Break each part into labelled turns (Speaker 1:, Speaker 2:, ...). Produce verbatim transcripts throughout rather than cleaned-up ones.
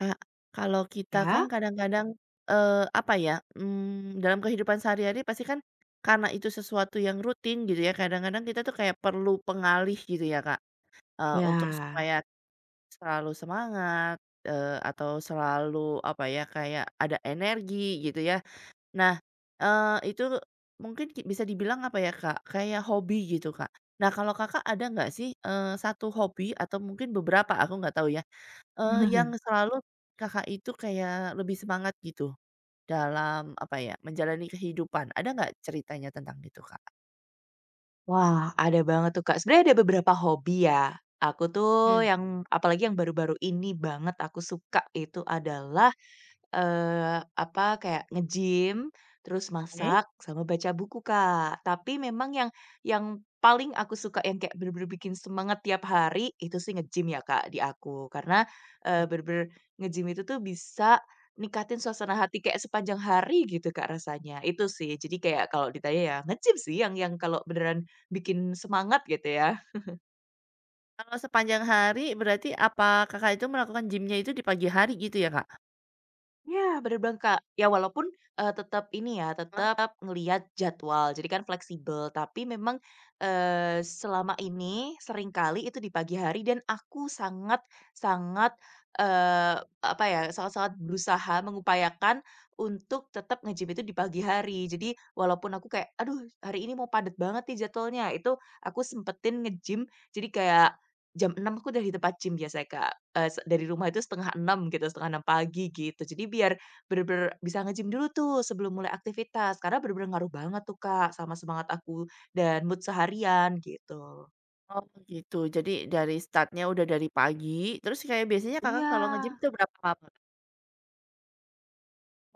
Speaker 1: Kak, kalau kita
Speaker 2: Ya?
Speaker 1: kan kadang-kadang, eee, apa ya, mmm, dalam kehidupan sehari-hari pasti kan karena itu sesuatu yang rutin gitu ya, kadang-kadang kita tuh kayak perlu pengalih gitu ya, Kak, eee, untuk
Speaker 2: Ya.
Speaker 1: supaya selalu semangat, eee, atau selalu apa ya, kayak ada energi gitu ya. Nah, eee, itu mungkin ki bisa dibilang apa ya, Kak, kayak hobi gitu, Kak. Nah, kalau Kakak ada nggak sih, eee, satu hobi atau mungkin beberapa, aku nggak tahu ya, Eee, yang selalu Kakak itu kayak lebih semangat gitu dalam apa ya, menjalani kehidupan. Ada nggak ceritanya tentang itu, Kak?
Speaker 2: Wah, ada banget tuh, Kak. Sebenarnya ada beberapa hobi ya. Aku tuh
Speaker 1: Mmm,
Speaker 2: yang apalagi yang baru-baru ini banget aku suka itu adalah Eee, apa, kayak nge-gym, terus
Speaker 1: oke.
Speaker 2: masak, sama baca buku, Kak. Tapi memang yang yang paling aku suka yang kayak bener-bener bikin semangat tiap hari, itu sih nge-gym ya, Kak, di aku. Karena, eee,
Speaker 1: Oke.
Speaker 2: bener-bener nge-gym itu tuh bisa ningkatin suasana hati kayak sepanjang hari gitu, Kak, rasanya. Itu sih. Jadi kayak kalau ditanya ya nge-gym sih yang yang kalau beneran bikin semangat gitu ya.
Speaker 1: Kalau sepanjang hari berarti apa Kakak itu melakukan gym-nya itu di pagi hari gitu ya, Kak?
Speaker 2: Iya, bener banget, Kak. Ya walaupun, eee, tetap ini ya,
Speaker 1: Heeh.
Speaker 2: tetap ngelihat jadwal, jadi kan fleksibel. Tapi memang, eee, selama ini seringkali itu di pagi hari dan aku sangat sangat, eee, apa ya, sangat-sangat berusaha mengupayakan untuk tetap nge-gym itu di pagi hari. Jadi walaupun aku kayak, "Aduh hari ini mau padat banget nih jadwalnya," itu aku sempetin nge-gym. Jadi kayak jam enam aku udah di tempat gym biasanya, Kak, eee, se dari rumah itu setengah enam gitu, setengah enam pagi gitu. Jadi biar bener-bener bisa nge-gym dulu tuh sebelum mulai aktivitas, karena bener-bener ngaruh banget tuh, Kak, sama semangat aku dan mood seharian gitu.
Speaker 1: Oh gitu. Jadi dari start-nya udah dari pagi, terus kayak biasanya Kakak
Speaker 2: Iya,
Speaker 1: kalau nge-gym tuh berapa lama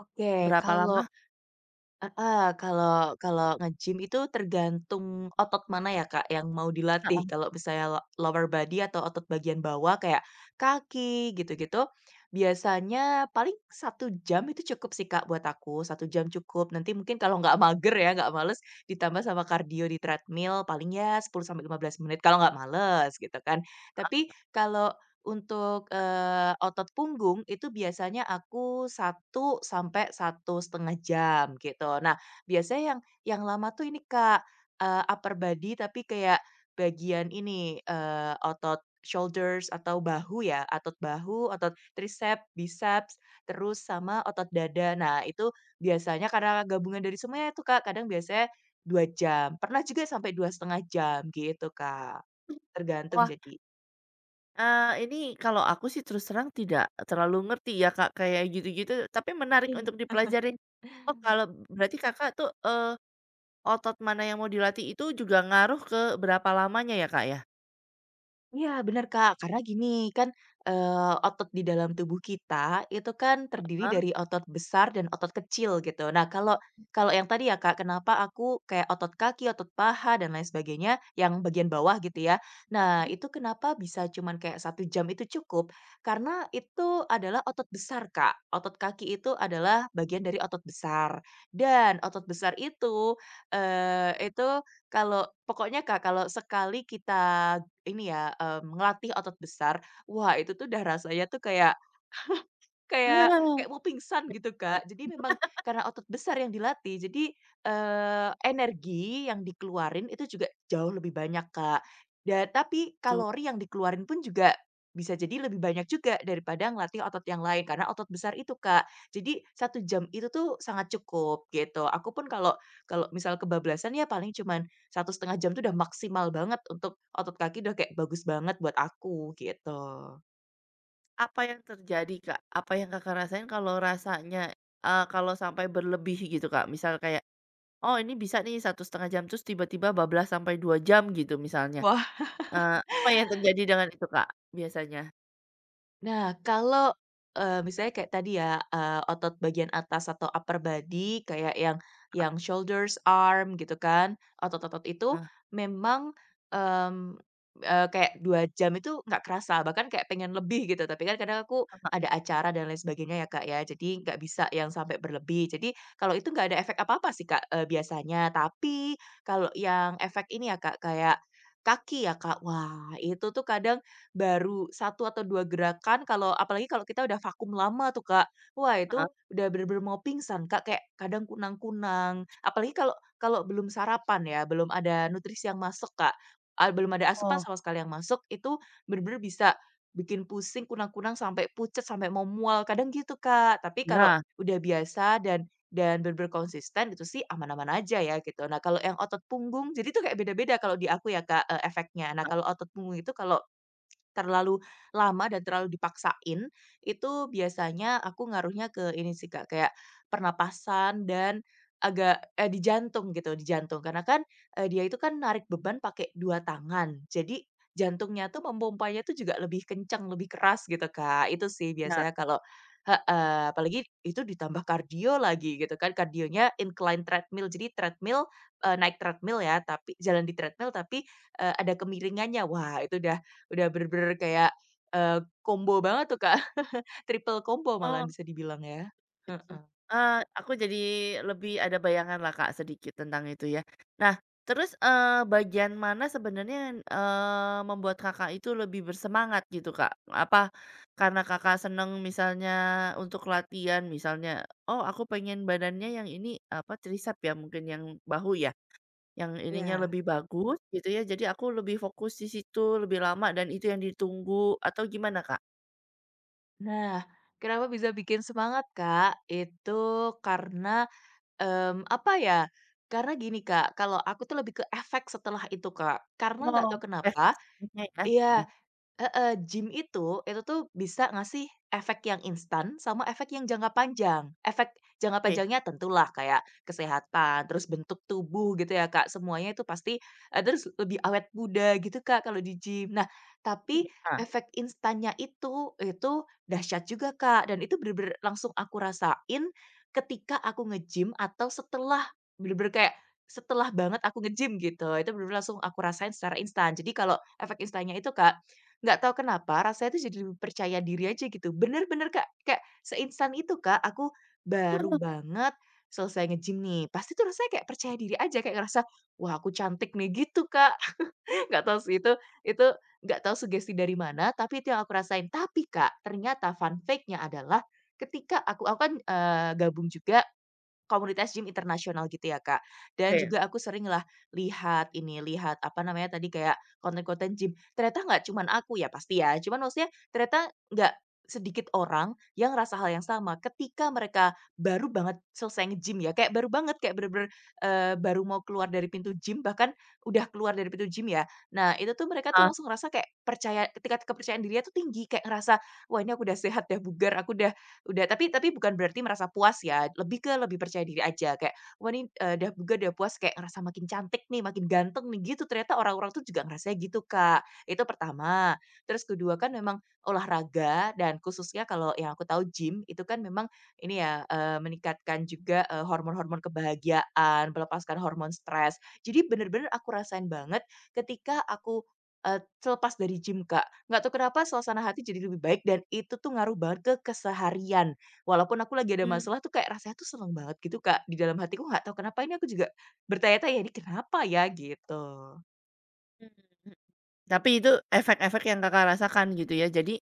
Speaker 2: oke,
Speaker 1: berapa
Speaker 2: kalau
Speaker 1: lama?
Speaker 2: heeh, kalau kalau nge-gym itu tergantung otot mana ya, Kak, yang mau
Speaker 1: Heeh.
Speaker 2: dilatih. Kalau misalnya lo lower body atau otot bagian bawah kayak kaki gitu-gitu, biasanya paling satu jam itu cukup sih, Kak, buat aku, satu jam cukup. Nanti mungkin kalau nggak mager ya, nggak males, ditambah sama kardio di treadmill paling ya sepuluh sampai lima belas menit kalau nggak males gitu kan. Tapi kalau untuk, eee, otot punggung itu biasanya aku satu sampai satu setengah jam gitu. Nah, biasanya yang yang lama tuh ini Kak, eee, upper body tapi kayak bagian ini, eee, otot shoulders atau bahu ya, otot bahu, otot tricep biceps, terus sama otot dada. Nah, itu biasanya karena gabungan dari semuanya itu Kak, kadang biasanya dua jam, pernah juga sampai dua setengah jam gitu Kak, tergantung
Speaker 1: Wah.
Speaker 2: jadi.
Speaker 1: Eee, ini kalau aku sih terus terang tidak terlalu ngerti ya, Kak, kayak gitu-gitu, tapi menarik untuk
Speaker 2: Iya.
Speaker 1: dipelajari. Oh, kalau berarti Kakak tuh, eee, otot mana yang mau dilatih itu juga ngaruh ke berapa lamanya ya, Kak, ya?
Speaker 2: Iya benar Kak, karena gini kan, eee, otot di dalam tubuh kita itu kan terdiri
Speaker 1: Heeh,
Speaker 2: dari otot besar dan otot kecil gitu. Nah kalau kalau yang tadi ya, Kak, kenapa aku kayak otot kaki, otot paha dan lain sebagainya yang bagian bawah gitu ya. Nah
Speaker 1: mhm.
Speaker 2: itu kenapa bisa cuman kayak satu jam itu cukup, karena itu adalah otot besar, Kak. Otot kaki itu adalah bagian dari otot besar dan otot besar itu, eee, itu kalau pokoknya, Kak, kalau sekali kita ini ya, eee, ngelatih otot besar, wah itu tuh udah rasanya tuh kayak, kayak
Speaker 1: Ah,
Speaker 2: kayak mau pingsan gitu, Kak. Jadi memang karena otot besar yang dilatih, jadi, eee, energi yang dikeluarin itu juga jauh lebih banyak, Kak. Dan tapi
Speaker 1: betul.
Speaker 2: kalori yang dikeluarin pun juga bisa jadi lebih banyak juga daripada ngelatih otot yang lain, karena otot besar itu, Kak. Jadi satu jam itu tuh sangat cukup gitu. Aku pun kalau kalau misal kebablasan ya paling cuman satu setengah jam tuh udah maksimal banget untuk otot kaki udah kayak bagus banget buat aku, gitu.
Speaker 1: Apa yang terjadi, Kak? Apa yang Kakak rasain kalau rasanya, eee, kalau sampai berlebih gitu, Kak? Misal kayak, "Oh, ini bisa nih satu setengah jam," terus tiba-tiba bablas sampai dua jam gitu misalnya. Eee, apa yang terjadi dengan itu, Kak, biasanya?
Speaker 2: Nah, kalau, eee, misalnya kayak tadi ya, eee, otot bagian atas atau upper body kayak yang yang shoulders, arm gitu kan, otot-otot itu
Speaker 1: Nah,
Speaker 2: memang, mmm, eee, kayak dua jam itu nggak kerasa, bahkan kayak pengen lebih gitu, tapi kan kadang aku
Speaker 1: Kakak
Speaker 2: ada acara dan lain sebagainya ya, Kak, ya, jadi nggak bisa yang sampai berlebih. Jadi kalau itu nggak ada efek apa-apa sih, Kak, eee, biasanya. Tapi kalau yang efek ini ya, Kak, kayak kaki ya, Kak, wah itu tuh kadang baru satu atau dua gerakan kalau apalagi kalau kita udah vakum lama tuh, Kak. Wah, itu
Speaker 1: heeh.
Speaker 2: udah bener-bener mau pingsan, Kak, kayak kadang kunang-kunang. Apalagi kalau kalau belum sarapan ya, belum ada nutrisi yang masuk, Kak, eee, belum ada asupan
Speaker 1: Oh,
Speaker 2: sama sekali yang masuk, itu bener-bener bisa bikin pusing, kunang-kunang, sampai pucet, sampai mau mual, kadang gitu, Kak. Tapi kalau
Speaker 1: ya,
Speaker 2: udah biasa dan dan bener konsisten itu sih aman-aman aja ya gitu. Nah, kalau yang otot punggung jadi tuh kayak beda-beda kalau di aku ya, Kak, eee, efeknya. Nah, kalau otot punggung itu kalau terlalu lama dan terlalu dipaksain, itu biasanya aku ngaruhnya ke ini sih, Kak, kayak pernapasan dan agak, eee, di jantung gitu, di jantung. Karena kan, eee, dia itu kan narik beban pakai dua tangan, jadi jantungnya tuh memompanya tuh juga lebih kencang, lebih keras gitu, Kak. Itu sih
Speaker 1: ya.
Speaker 2: biasanya kalau heeh, apalagi itu ditambah kardio lagi gitu kan, kardionya incline treadmill. Jadi treadmill, eee, naik treadmill ya, tapi jalan di treadmill tapi, eee, ada kemiringannya. Wah, itu udah Udah bener-bener kayak, eee, combo banget tuh, Kak, triple combo
Speaker 1: Oh,
Speaker 2: malahan bisa dibilang ya.
Speaker 1: gitu.
Speaker 2: Heeh.
Speaker 1: Eee, aku jadi lebih ada bayangan lah, Kak, sedikit tentang itu ya. Nah, terus, eh bagian mana sebenarnya yang, eee, membuat Kakak itu lebih bersemangat gitu, Kak? Apa karena Kakak seneng misalnya untuk latihan, misalnya, "Oh, aku pengen badannya yang ini," apa, triceps ya mungkin, yang bahu ya, yang ininya
Speaker 2: Iya.
Speaker 1: lebih bagus gitu ya, jadi aku lebih fokus di situ, lebih lama dan itu yang ditunggu, atau gimana, Kak?
Speaker 2: Nah, kenapa bisa bikin semangat, Kak? Itu karena, mmm, apa ya, karena gini, Kak, kalau aku tuh lebih ke efek setelah itu, Kak. Karena nggak
Speaker 1: Wow,
Speaker 2: tahu kenapa
Speaker 1: bestnya ya,
Speaker 2: iya. Heeh, gym itu, itu tuh bisa ngasih efek yang instan sama efek yang jangka panjang. Efek jangka panjangnya tentulah kayak kesehatan, terus bentuk tubuh gitu ya, Kak, semuanya itu pasti, eee, terus lebih awet muda gitu, Kak, kalau di gym. Nah, tapi
Speaker 1: oke,
Speaker 2: efek instannya itu, itu dahsyat juga, Kak, dan itu bener-bener langsung aku rasain ketika aku nge-gym atau setelah, bener-bener kayak setelah banget aku nge-gym gitu. Itu bener-bener langsung aku rasain secara instan. Jadi kalau efek instannya itu, Kak, nggak tahu kenapa rasanya tuh jadi lebih percaya diri aja gitu, bener-bener Kak, kayak seinstan itu Kak, aku baru banget selesai nge-gym nih, pasti tuh rasanya kayak percaya diri aja, kayak ngerasa, "Wah aku cantik nih," gitu Kak. Nggak tahu sih itu itu nggak tahu sugesti dari mana, tapi itu yang aku rasain. Tapi Kak, ternyata fun fact-nya adalah ketika aku aku kan, eee, gabung juga komunitas gym internasional gitu ya, Kak. Dan
Speaker 1: iya, oke,
Speaker 2: juga aku sering lah lihat ini, lihat apa namanya tadi, kayak konten-konten gym. Ternyata nggak cuman aku ya pasti ya, cuman maksudnya ternyata nggak sedikit orang yang rasa hal yang sama ketika mereka baru banget selesai nge-gym ya, kayak baru banget, kayak bener-bener, eee, baru mau keluar dari pintu gym, bahkan udah keluar dari pintu gym ya. Nah, itu tuh mereka tuh
Speaker 1: ah,
Speaker 2: langsung ngerasa kayak percaya ketika kepercayaan dirinya tuh tinggi, kayak ngerasa, "Wah, ini aku udah sehat, udah bugar, aku udah Udah tapi tapi bukan berarti merasa puas ya, lebih ke lebih percaya diri aja kayak, "Wah ini eee, udah bugar, udah puas kayak ngerasa makin cantik nih, makin ganteng nih," gitu. Ternyata orang-orang tuh juga ngerasanya gitu, Kak. Itu pertama. Terus kedua kan memang olahraga dan khususnya kalau yang aku tahu gym itu kan memang ini ya, eee, meningkatkan juga, eee, hormon-hormon kebahagiaan, melepaskan hormon stres. Jadi bener-bener aku rasain banget ketika aku Eee, selepas dari gym, Kak. Nggak tahu kenapa suasana hati jadi lebih baik dan itu tuh ngaruh banget ke keseharian. Walaupun aku lagi ada
Speaker 1: mmm,
Speaker 2: masalah tuh kayak rasanya tuh seneng banget gitu, Kak, di dalam hatiku nggak tahu kenapa ini aku juga bertanya-tanya, "Ya, ini kenapa ya?" Gitu.
Speaker 1: tapi itu efek-efek yang Kakak rasakan gitu ya. Jadi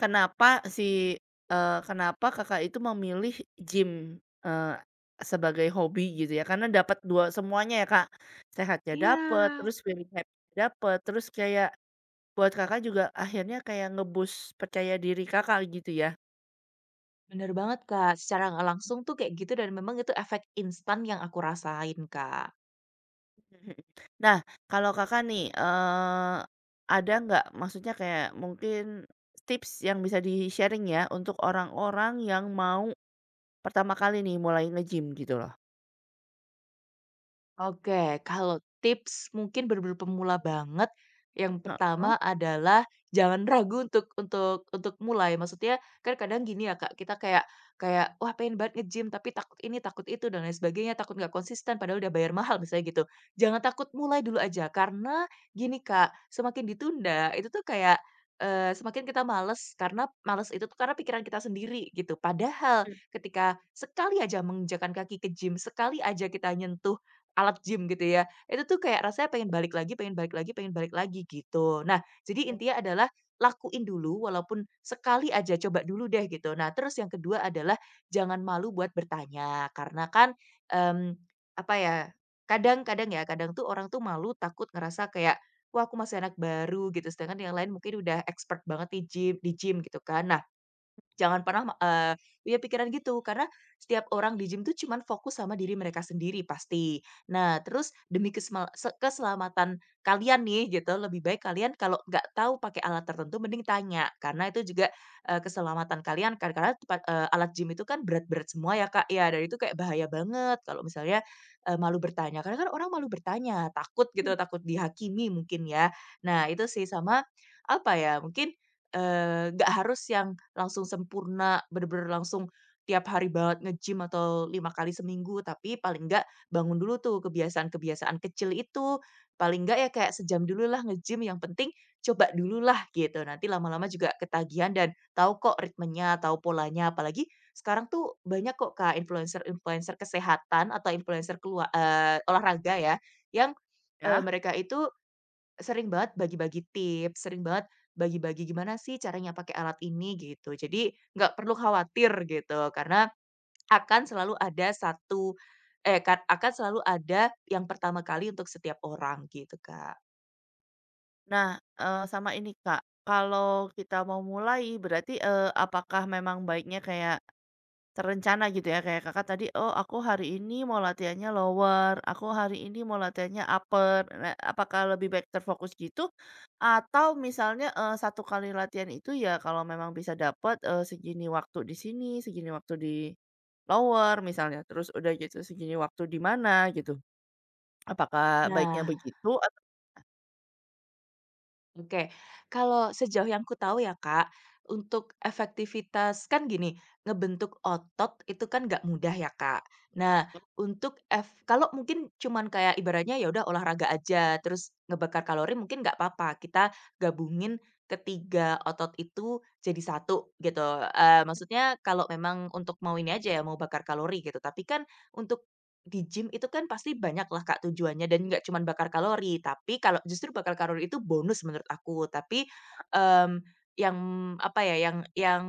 Speaker 1: kenapa si eee, kenapa Kakak itu memilih gym, eee, sebagai hobi gitu ya? Karena dapat dua semuanya ya, Kak, sehatnya dapat,
Speaker 2: Iya,
Speaker 1: terus feeling happy-nya dapat, terus kayak buat Kakak juga akhirnya kayak nge-boost percaya diri Kakak gitu ya?
Speaker 2: bener banget, Kak. Secara nggak langsung tuh kayak gitu dan memang itu efek instan yang aku rasain, Kak.
Speaker 1: Mhm. Nah, kalau Kakak nih, eee, ada nggak maksudnya kayak mungkin tips yang bisa di-sharing ya, untuk orang-orang yang mau pertama kali nih mulai nge-gym gitu loh?
Speaker 2: Oke, kalau tips mungkin bener-bener pemula banget, yang
Speaker 1: Heeh,
Speaker 2: pertama adalah jangan ragu untuk untuk untuk mulai. Maksudnya kan kadang gini ya Kak, kita kayak kayak, "Wah pengen banget nge-gym tapi takut ini, takut itu dan lain sebagainya, takut nggak konsisten padahal udah bayar mahal," misalnya gitu. Jangan takut, mulai dulu aja karena gini Kak, semakin ditunda itu tuh kayak, eee, semakin kita males karena males itu tuh karena pikiran kita sendiri gitu. Padahal ketika sekali aja menginjakan kaki ke gym, sekali aja kita nyentuh alat gym gitu ya. Itu tuh kayak rasanya pengen balik lagi pengen balik lagi pengen balik lagi gitu. Nah, jadi
Speaker 1: oke
Speaker 2: intinya adalah lakuin dulu walaupun sekali aja coba dulu deh gitu. Nah, terus yang kedua adalah jangan malu buat bertanya karena kan, mmm, apa ya, kadang-kadang ya, kadang tuh orang tuh malu takut ngerasa kayak, "Wah aku masih anak baru," gitu, sedangkan yang lain mungkin udah expert banget di gym di gym gitu kan. Nah jangan pernah me eee, punya pikiran gitu, karena setiap orang di gym tuh cuman fokus sama diri mereka sendiri pasti. Nah, terus demi kesema se keselamatan kalian nih gitu, lebih baik kalian kalau nggak tahu pakai alat tertentu mending tanya, karena itu juga, eee, keselamatan kalian. Kadang-kadang tempat eee, alat gym itu kan berat-berat semua ya, Kak, ya, dan itu kayak bahaya banget kalau misalnya, eee, malu bertanya. Karena kan orang malu bertanya, takut gitu, takut dihakimi mungkin ya. Nah, itu sih, sama apa ya, mungkin, eee, nggak harus yang langsung sempurna, bener-bener langsung tiap hari banget nge-gym atau lima kali seminggu, tapi paling enggak bangun dulu tuh kebiasaan-kebiasaan kecil itu. Paling enggak ya kayak sejam dululah nge-gym, yang penting coba dulu lah gitu. Nanti lama-lama juga ketagihan dan tahu kok ritmenya, tahu polanya. Apalagi sekarang tuh banyak kok Kak influencer-influencer kesehatan atau influencer keluar eh, olahraga ya, yang, eee,
Speaker 1: ya.
Speaker 2: mereka itu sering banget bagi-bagi tips, sering banget bagi-bagi gimana sih caranya pakai alat ini gitu. Jadi nggak perlu khawatir gitu karena akan selalu ada satu eh, ka akan selalu ada yang pertama kali untuk setiap orang gitu, Kak.
Speaker 1: Nah, eee, sama ini Kak, kalau kita mau mulai berarti, eee, apakah memang baiknya kayak terencana gitu ya, kayak Kakak tadi, "Oh aku hari ini mau latihannya lower, aku hari ini mau latihannya upper." Nah, apakah lebih baik terfokus gitu atau misalnya, eee, satu kali latihan itu ya kalau memang bisa dapat, eee, segini waktu di sini, segini waktu di lower misalnya, terus udah gitu segini waktu di mana gitu. Apakah baiknya
Speaker 2: Nah.
Speaker 1: begitu atau
Speaker 2: Oke, kalau sejauh yang ku tahu ya Kak, untuk efektivitas kan gini, ngebentuk otot itu kan nggak mudah ya Kak. Nah, untuk ef kalau mungkin cuman kayak ibaratnya ya udah olahraga aja, terus ngebakar kalori mungkin nggak apa-apa, kita gabungin ketiga otot itu jadi satu gitu. Eee, maksudnya kalau memang untuk mau ini aja ya, mau bakar kalori gitu. Tapi kan untuk di gym itu kan pasti banyaklah Kak tujuannya dan nggak cuman bakar kalori, tapi kalau justru bakar kalori itu bonus menurut aku. Tapi, mmm, yang apa ya, yang yang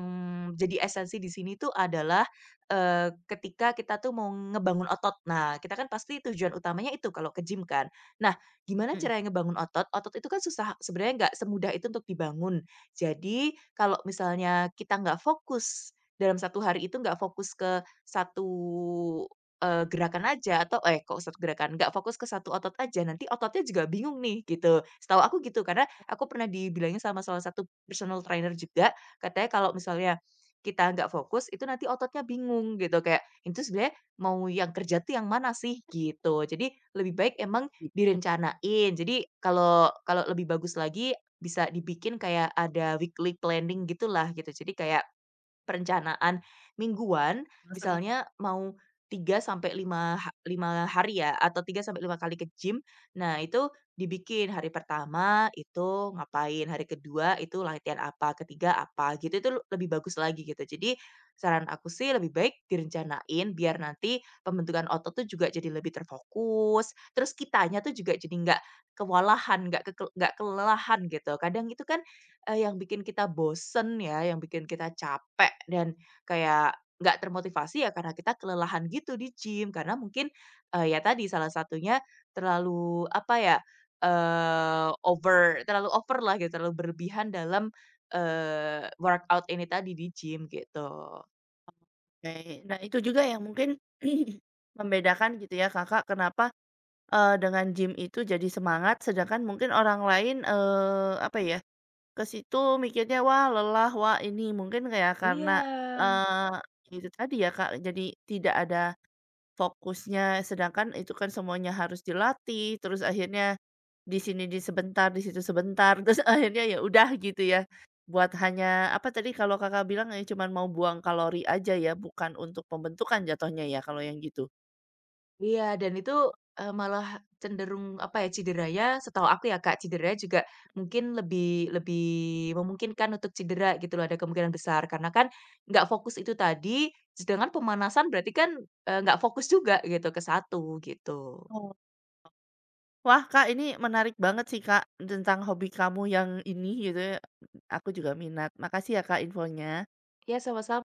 Speaker 2: jadi esensi di sini tuh adalah, eee, ketika kita tuh mau ngebangun otot. Nah, kita kan pasti tujuan utamanya itu kalau ke gym kan. Nah, gimana
Speaker 1: mhm. Mhm,
Speaker 2: cara ngebangun otot? Otot itu kan susah sebenarnya nggak semudah itu untuk dibangun. Jadi, kalau misalnya kita nggak fokus dalam satu hari itu nggak fokus ke satu Eee, gerakan aja atau eh, kok satu gerakan, nggak fokus ke satu otot aja, nanti ototnya juga bingung nih, gitu. Setahu aku gitu, karena aku pernah dibilangin sama salah satu personal trainer juga, katanya kalau misalnya kita nggak fokus, itu nanti ototnya bingung gitu, kayak, "Itu sebenarnya mau yang kerja tuh yang mana sih?" Gitu. Jadi lebih baik emang
Speaker 1: gitu.
Speaker 2: direncanain. Jadi kalau kalau lebih bagus lagi bisa dibikin kayak ada weekly planning gitulah, gitu. Jadi kayak perencanaan mingguan,
Speaker 1: Langsung
Speaker 2: misalnya mau tiga sampai lima ha lima hari ya, atau tiga sampai lima kali ke gym. Nah, itu dibikin hari pertama itu ngapain, hari kedua itu latihan apa, ketiga apa, gitu. Itu lebih bagus lagi gitu. Jadi saran aku sih lebih baik direncanain biar nanti pembentukan otot tuh juga jadi lebih terfokus, terus kitanya tuh juga jadi nggak kewalahan, nggak keke nggak kelelahan gitu. Kadang itu kan Eee, yang bikin kita bosen ya, yang bikin kita capek dan kayak nggak termotivasi ya karena kita kelelahan gitu di gym. Karena mungkin, eee, ya tadi salah satunya terlalu apa ya, eee, over terlalu over lah gitu, terlalu berlebihan dalam, eee, workout ini tadi di gym gitu.
Speaker 1: oke. Nah, itu juga yang mungkin membedakan gitu ya, Kakak, kenapa, eee, dengan gym itu jadi semangat, sedangkan mungkin orang lain, eee, apa ya, ke situ mikirnya, "Wah, lelah, wah, ini." Mungkin kayak
Speaker 2: Iya.
Speaker 1: karena, eee, itu tadi ya, Kak, jadi tidak ada fokusnya sedangkan itu kan semuanya harus dilatih, terus akhirnya di sini di sebentar, di situ sebentar, terus akhirnya ya udah gitu ya, buat hanya apa tadi kalau Kakak bilang ya cuman mau buang kalori aja ya, bukan untuk pembentukan jatuhnya ya kalau yang gitu?
Speaker 2: Iya, dan itu, eee, malah cenderung, apa ya, cederanya setahu aku ya, Kak, cederanya juga mungkin lebih lebih memungkinkan untuk cedera gitu loh, ada kemungkinan besar. Karena kan nggak fokus itu tadi, sedangkan pemanasan berarti kan, eee, nggak fokus juga gitu ke satu, gitu.
Speaker 1: Oh. Wah, Kak, ini menarik banget sih, Kak, tentang hobi kamu yang ini gitu ya, aku juga minat. Makasih ya, Kak, infonya.
Speaker 2: Ya sama-sama.